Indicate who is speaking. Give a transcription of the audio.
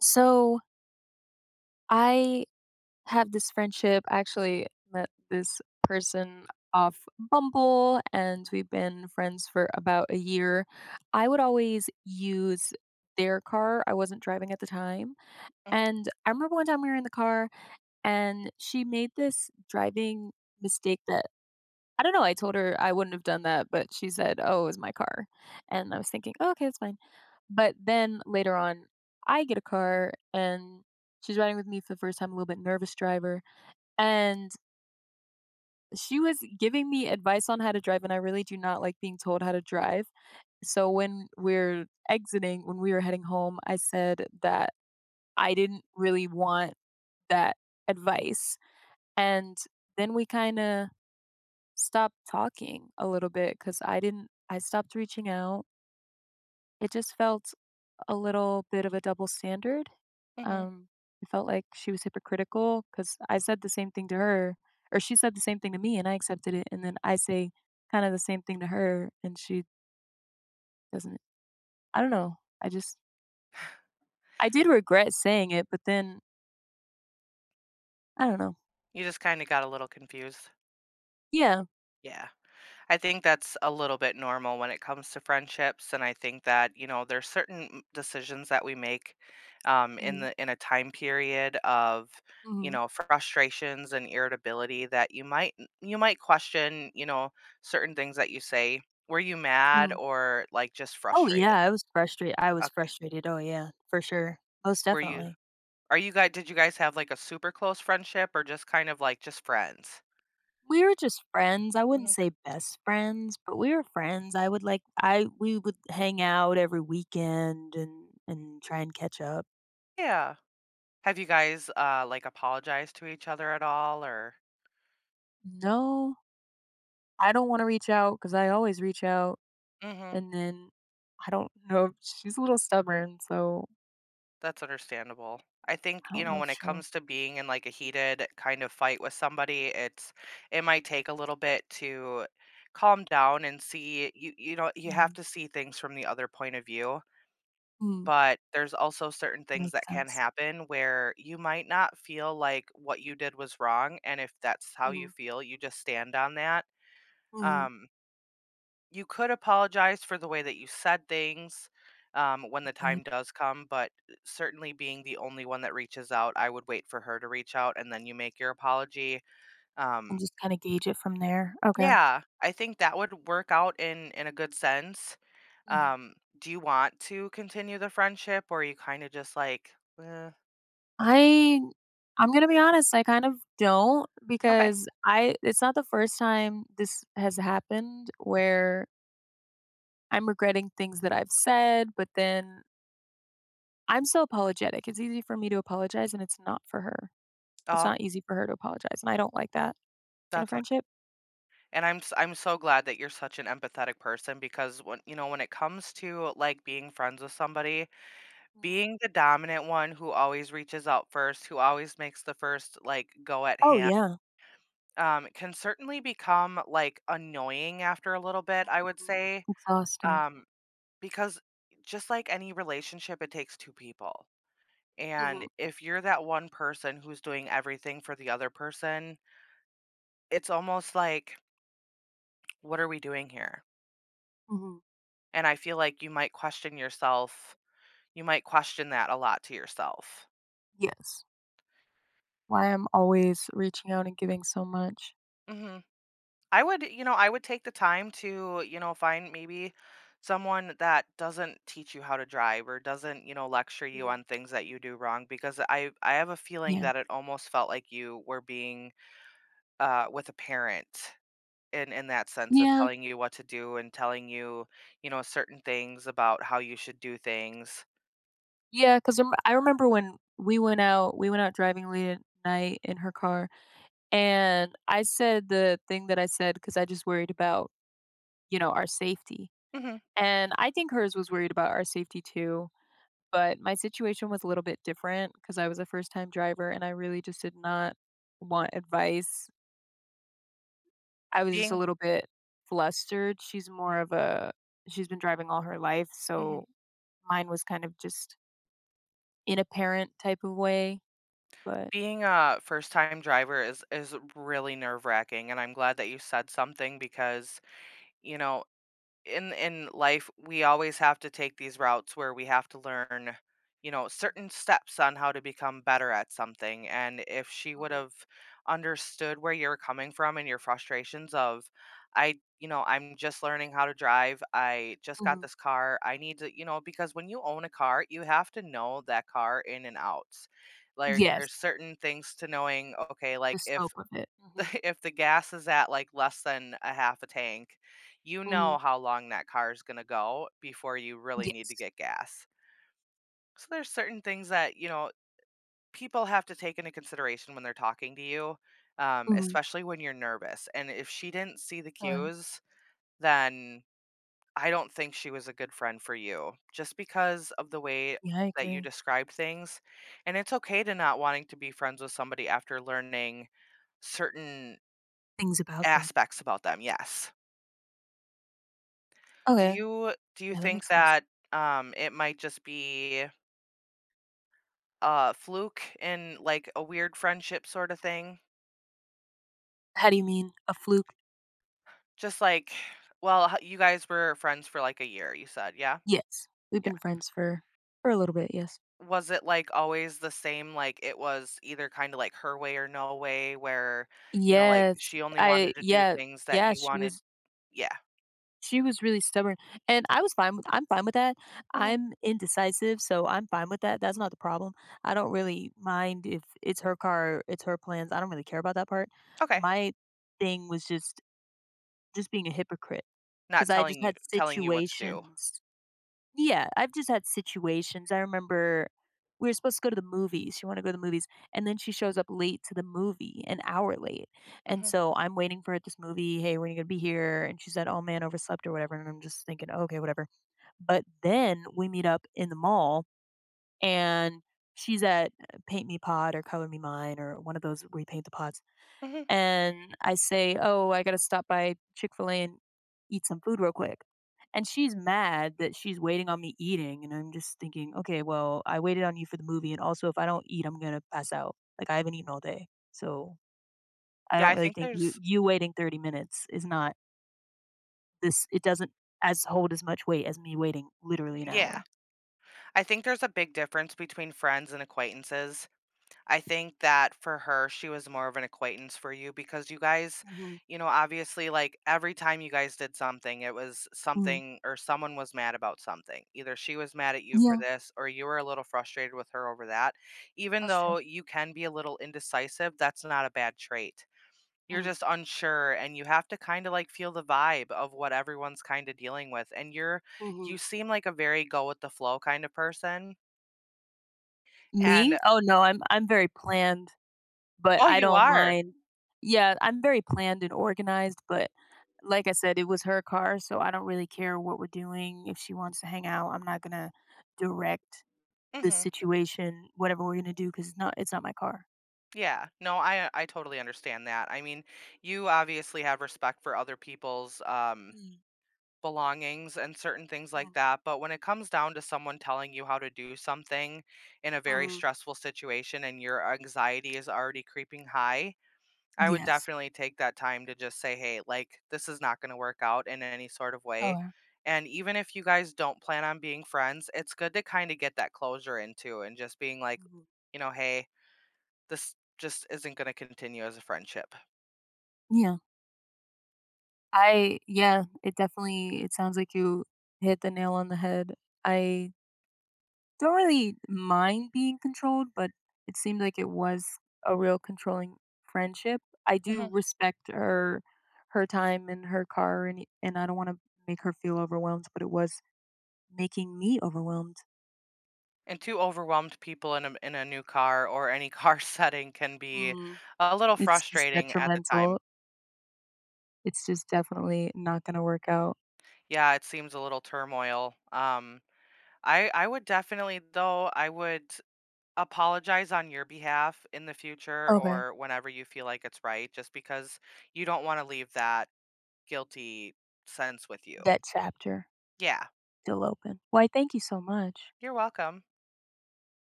Speaker 1: So I have this friendship. I actually met this person off Bumble, and we've been friends for about a year. I would always use their car. I wasn't driving at the time.
Speaker 2: Mhm,
Speaker 1: And I remember one time we were in the car, and she made this driving mistake that I don't know. I told her I wouldn't have done that, but she said, "Oh, it was my car." And I was thinking, oh, okay, that's fine. But then later on, I get a car and she's riding with me for the first time, a little bit nervous driver. And she was giving me advice on how to drive, and I really do not like being told how to drive. So when we were heading home, I said that I didn't really want that advice. And then we kind of stopped talking a little bit because I didn't, I stopped reaching out. It just felt a little bit of a double standard.
Speaker 2: mhm.
Speaker 1: Um, I felt like she was hypocritical because I said the same thing to her, or she said the same thing to me, and I accepted it. And then I say kind of the same thing to her, and she doesn't. I don't know. I just, I did regret saying it, but then I don't know.
Speaker 2: You just kinda got a little confused.
Speaker 1: Yeah.
Speaker 2: Yeah. I think that's a little bit normal when it comes to friendships, and I think that, there's certain decisions that we make, in
Speaker 1: Mm-hmm.
Speaker 2: the in a time period of,
Speaker 1: Mm-hmm.
Speaker 2: frustrations and irritability that you might question, certain things that you say. Were you mad or, like, just
Speaker 1: Oh
Speaker 2: frustrated?
Speaker 1: yeah, I was frustrated. I was
Speaker 2: Okay.
Speaker 1: frustrated. Oh yeah, for sure, most
Speaker 2: Were you
Speaker 1: definitely.
Speaker 2: are you guys? Did you guys have, like, a super close friendship or just kind of, like, just friends?
Speaker 1: We were just friends. I wouldn't
Speaker 2: Mhm.
Speaker 1: say best friends, but we were friends. I would like I we would hang out every weekend and try and catch up.
Speaker 2: Yeah. Have you guys, like, apologized to each other at all or
Speaker 1: No, I don't want to reach out because I always reach out,
Speaker 2: Mhm,
Speaker 1: and then I don't know. She's a little stubborn, so
Speaker 2: that's understandable. I think,
Speaker 1: I don't know if
Speaker 2: when it
Speaker 1: she'll.
Speaker 2: comes to being in, like, a heated kind of fight with somebody, it might take a little bit to calm down and see you have
Speaker 1: Mhm.
Speaker 2: to see things from the other point of view,
Speaker 1: Mhm.
Speaker 2: but there's also certain things
Speaker 1: Make
Speaker 2: that can
Speaker 1: sense.
Speaker 2: happen where you might not feel like what you did was wrong, and if that's how you
Speaker 1: Mhm.
Speaker 2: feel, you just stand on that.
Speaker 1: Mhm.
Speaker 2: um You could apologize for the way that you said things, when the time
Speaker 1: Good.
Speaker 2: does come, but certainly being the only one that reaches out, I would wait for her to reach out and then you make your apology.
Speaker 1: And
Speaker 2: Um,
Speaker 1: just kind of gauge it from there. Okay.
Speaker 2: yeah, I think that would work out in a good sense.
Speaker 1: Mhm.
Speaker 2: Um, do you want to continue the friendship or are you kind of just like, "Eh,
Speaker 1: I I'm gonna be honest, I kind of don't
Speaker 2: okay,
Speaker 1: because I it's not the first time this has happened where I'm regretting things that I've said, but then I'm so apologetic. It's easy for me to apologize and it's not for her. It's
Speaker 2: oh,
Speaker 1: not easy for her to apologize. And I don't like that in a
Speaker 2: that's un-"
Speaker 1: friendship.
Speaker 2: and I'm so glad that you're such an empathetic person because when when it comes to like being friends with somebody.
Speaker 1: Mhm.
Speaker 2: Being the dominant one who always reaches out first, who always makes the first, like, go at
Speaker 1: Oh
Speaker 2: hand,
Speaker 1: yeah.
Speaker 2: can certainly become, like, annoying after a little bit, I would
Speaker 1: Mhm.
Speaker 2: say,
Speaker 1: Exhausting.
Speaker 2: um, because just like any relationship, it takes two people, and
Speaker 1: Hmm.
Speaker 2: if you're that one person who's doing everything for the other person, it's almost like, "What are we doing here?"
Speaker 1: Hmm.
Speaker 2: And I feel like you might question yourself, you might question that a lot to yourself.
Speaker 1: Yes. Why I'm always reaching out and giving so much.
Speaker 2: Mhm. I would, I would take the time to, find maybe someone that doesn't teach you how to drive or doesn't, lecture you
Speaker 1: Mhm.
Speaker 2: on things that you do wrong because I have a feeling
Speaker 1: Yeah.
Speaker 2: that it almost felt like you were being with a parent in that sense of
Speaker 1: Yeah.
Speaker 2: telling you what to do and telling you, certain things about how you should do things.
Speaker 1: Yeah, because I remember when we went out driving late at night in her car, and I said the thing that I said because I just worried about our safety,
Speaker 2: Mhm.
Speaker 1: and I think hers was worried about our safety too, but my situation was a little bit different because I was a first-time driver, and I really just did not want advice. I was just a
Speaker 2: Being
Speaker 1: little bit flustered. She's more of a she's been driving all her life,
Speaker 2: Mhm.
Speaker 1: so mine was kind of just in a parent type of way, but
Speaker 2: Being a first time driver is really nerve wracking, and I'm glad that you said something because, you know in life we always have to take these routes where we have to learn, certain steps on how to become better at something. And if she would
Speaker 1: Mhm,
Speaker 2: have understood where you're coming from and your frustrations of, I you know I'm just learning how to drive, I just got
Speaker 1: mhm.
Speaker 2: this car, I need to, because when you own a car, you have to know that car in and out. Like,
Speaker 1: Yes,
Speaker 2: there's certain things to knowing, okay,
Speaker 1: the
Speaker 2: like if
Speaker 1: scope of it. Mhm,
Speaker 2: if the gas is at, like, less than a half a tank, you
Speaker 1: mhm.
Speaker 2: know how long that car is gonna go before you really need to
Speaker 1: Yes.
Speaker 2: get gas. So there's certain things that, people have to take into consideration when they're talking to you,
Speaker 1: Mhm.
Speaker 2: especially when you're nervous, and if she didn't see the
Speaker 1: Okay.
Speaker 2: cues, then I don't think she was a good friend for you, just because of the way
Speaker 1: Yeah, I
Speaker 2: that you
Speaker 1: agree.
Speaker 2: described things, and it's okay to not wanting to be friends with somebody after learning certain
Speaker 1: Things about them.
Speaker 2: aspects about them, yes. Do
Speaker 1: Okay.
Speaker 2: you do you
Speaker 1: Yeah, that
Speaker 2: think
Speaker 1: makes a lot of sense.
Speaker 2: that, it might just be a fluke and, like, a weird friendship sorta thing?
Speaker 1: How do you mean? A fluke?
Speaker 2: Just like, well, h you guys were friends for, like, a year, you said, yeah?
Speaker 1: Yes. We've
Speaker 2: Yeah.
Speaker 1: been friends for a little bit, yes.
Speaker 2: Was it, like, always the same, like, it was either kinda like her way or no way where, like,
Speaker 1: Yes.
Speaker 2: she only wanted
Speaker 1: I
Speaker 2: to do
Speaker 1: Yeah,
Speaker 2: things that
Speaker 1: yeah,
Speaker 2: you
Speaker 1: she
Speaker 2: wanted?
Speaker 1: was
Speaker 2: Yeah.
Speaker 1: she was really stubborn, and I'm fine with that.
Speaker 2: Mhm.
Speaker 1: I'm indecisive, so I'm fine with that. That's not the problem. I don't really mind if it's her car, it's her plans. I don't really care about that part.
Speaker 2: Okay.
Speaker 1: My thing was just being a hypocrite,
Speaker 2: Not
Speaker 1: because I
Speaker 2: telling
Speaker 1: just
Speaker 2: you
Speaker 1: had
Speaker 2: telling you what to do.
Speaker 1: situations. Yeah, I've just had situations. I remember we were supposed to go to the movies, she wanted to go to the movies, and then she shows up late to the movie, an hour late, and
Speaker 2: Mhm.
Speaker 1: so I'm waiting for her at this movie, "Hey, when are you gonna be here?" And she said, "Oh, man, overslept," or whatever, and I'm just thinking, "Okay, whatever," but then we meet up in the mall, and she's at Paint Me Pod or Color Me Mine or one of those where you paint the pods.
Speaker 2: Mhm.
Speaker 1: And I say, "Oh, I gotta stop by Chick-fil-A and eat some food real quick." And she's mad that she's waiting on me eating, and I'm just thinking, "Okay, well, I waited on you for the movie, and also if I don't eat, I'm gonna pass out. Like, I haven't eaten all day." So, I
Speaker 2: Yeah,
Speaker 1: don't
Speaker 2: I
Speaker 1: really
Speaker 2: think
Speaker 1: think you
Speaker 2: there's
Speaker 1: you waiting 30 minutes is not this it doesn't as hold as much weight as me waiting literally an
Speaker 2: Yeah.
Speaker 1: hour.
Speaker 2: I think there's a big difference between friends and acquaintances. I think that for her, she was more of an acquaintance for you because you guys,
Speaker 1: Mhm,
Speaker 2: obviously, like every time you guys did something, it was
Speaker 1: mhm.
Speaker 2: something or someone was mad about something. Either she was mad at you for
Speaker 1: Yeah,
Speaker 2: this or you were a little frustrated with her over that. Even
Speaker 1: that's true.
Speaker 2: though you can be a little indecisive, that's not a bad trait. You're
Speaker 1: Mhm,
Speaker 2: just unsure and you have to kind of like feel the vibe of what everyone's kind of dealing with. And you're,
Speaker 1: mhm.
Speaker 2: you seem like a very go with the flow kind of person. And
Speaker 1: Me? Oh, no, I'm very planned. But
Speaker 2: oh,
Speaker 1: I
Speaker 2: you
Speaker 1: don't
Speaker 2: are.
Speaker 1: mind. Yeah, I'm very planned and organized, but like I said, it was her car, so I don't really care what we're doing. If she wants to hang out, I'm not gonna direct the
Speaker 2: Mhm.
Speaker 1: situation, whatever we're gonna do, 'cause it's not my car.
Speaker 2: Yeah, no, I totally understand that. I mean, you obviously have respect for other people's,
Speaker 1: Mm,
Speaker 2: belongings and certain things
Speaker 1: yeah,
Speaker 2: like that, but when it comes down to someone telling you how to do something in a very
Speaker 1: mhm.
Speaker 2: stressful situation and your anxiety is already creeping high, I would
Speaker 1: Yes.
Speaker 2: definitely take that time to just say, "Hey, like, this is not going to work out in any sort of way."
Speaker 1: Okay.
Speaker 2: And even if you guys don't plan on being friends, it's good to kind of get that closure into and just being like,
Speaker 1: Mhm.
Speaker 2: you know, "Hey, this just isn't going to continue as a friendship."
Speaker 1: Yeah. I Yeah, it definitely it sounds like you hit the nail on the head. I don't really mind being controlled, but it seemed like it was a real controlling friendship. I do
Speaker 2: Mhm.
Speaker 1: respect her time and her car and I don't wanna make her feel overwhelmed, but it was making me overwhelmed.
Speaker 2: And two overwhelmed people in a new car or any car setting can be
Speaker 1: Mhm.
Speaker 2: a little
Speaker 1: It's just
Speaker 2: frustrating at the
Speaker 1: detrimental.
Speaker 2: time.
Speaker 1: It's just definitely not gonna work out.
Speaker 2: Yeah, it seems a little turmoil. I would definitely though, I would apologize on your behalf in the future
Speaker 1: Okay.
Speaker 2: or whenever you feel like it's right, just because you don't want to leave that guilty sense with you.
Speaker 1: That chapter
Speaker 2: Yeah,
Speaker 1: still open. Why, thank you so much.
Speaker 2: you're welcome.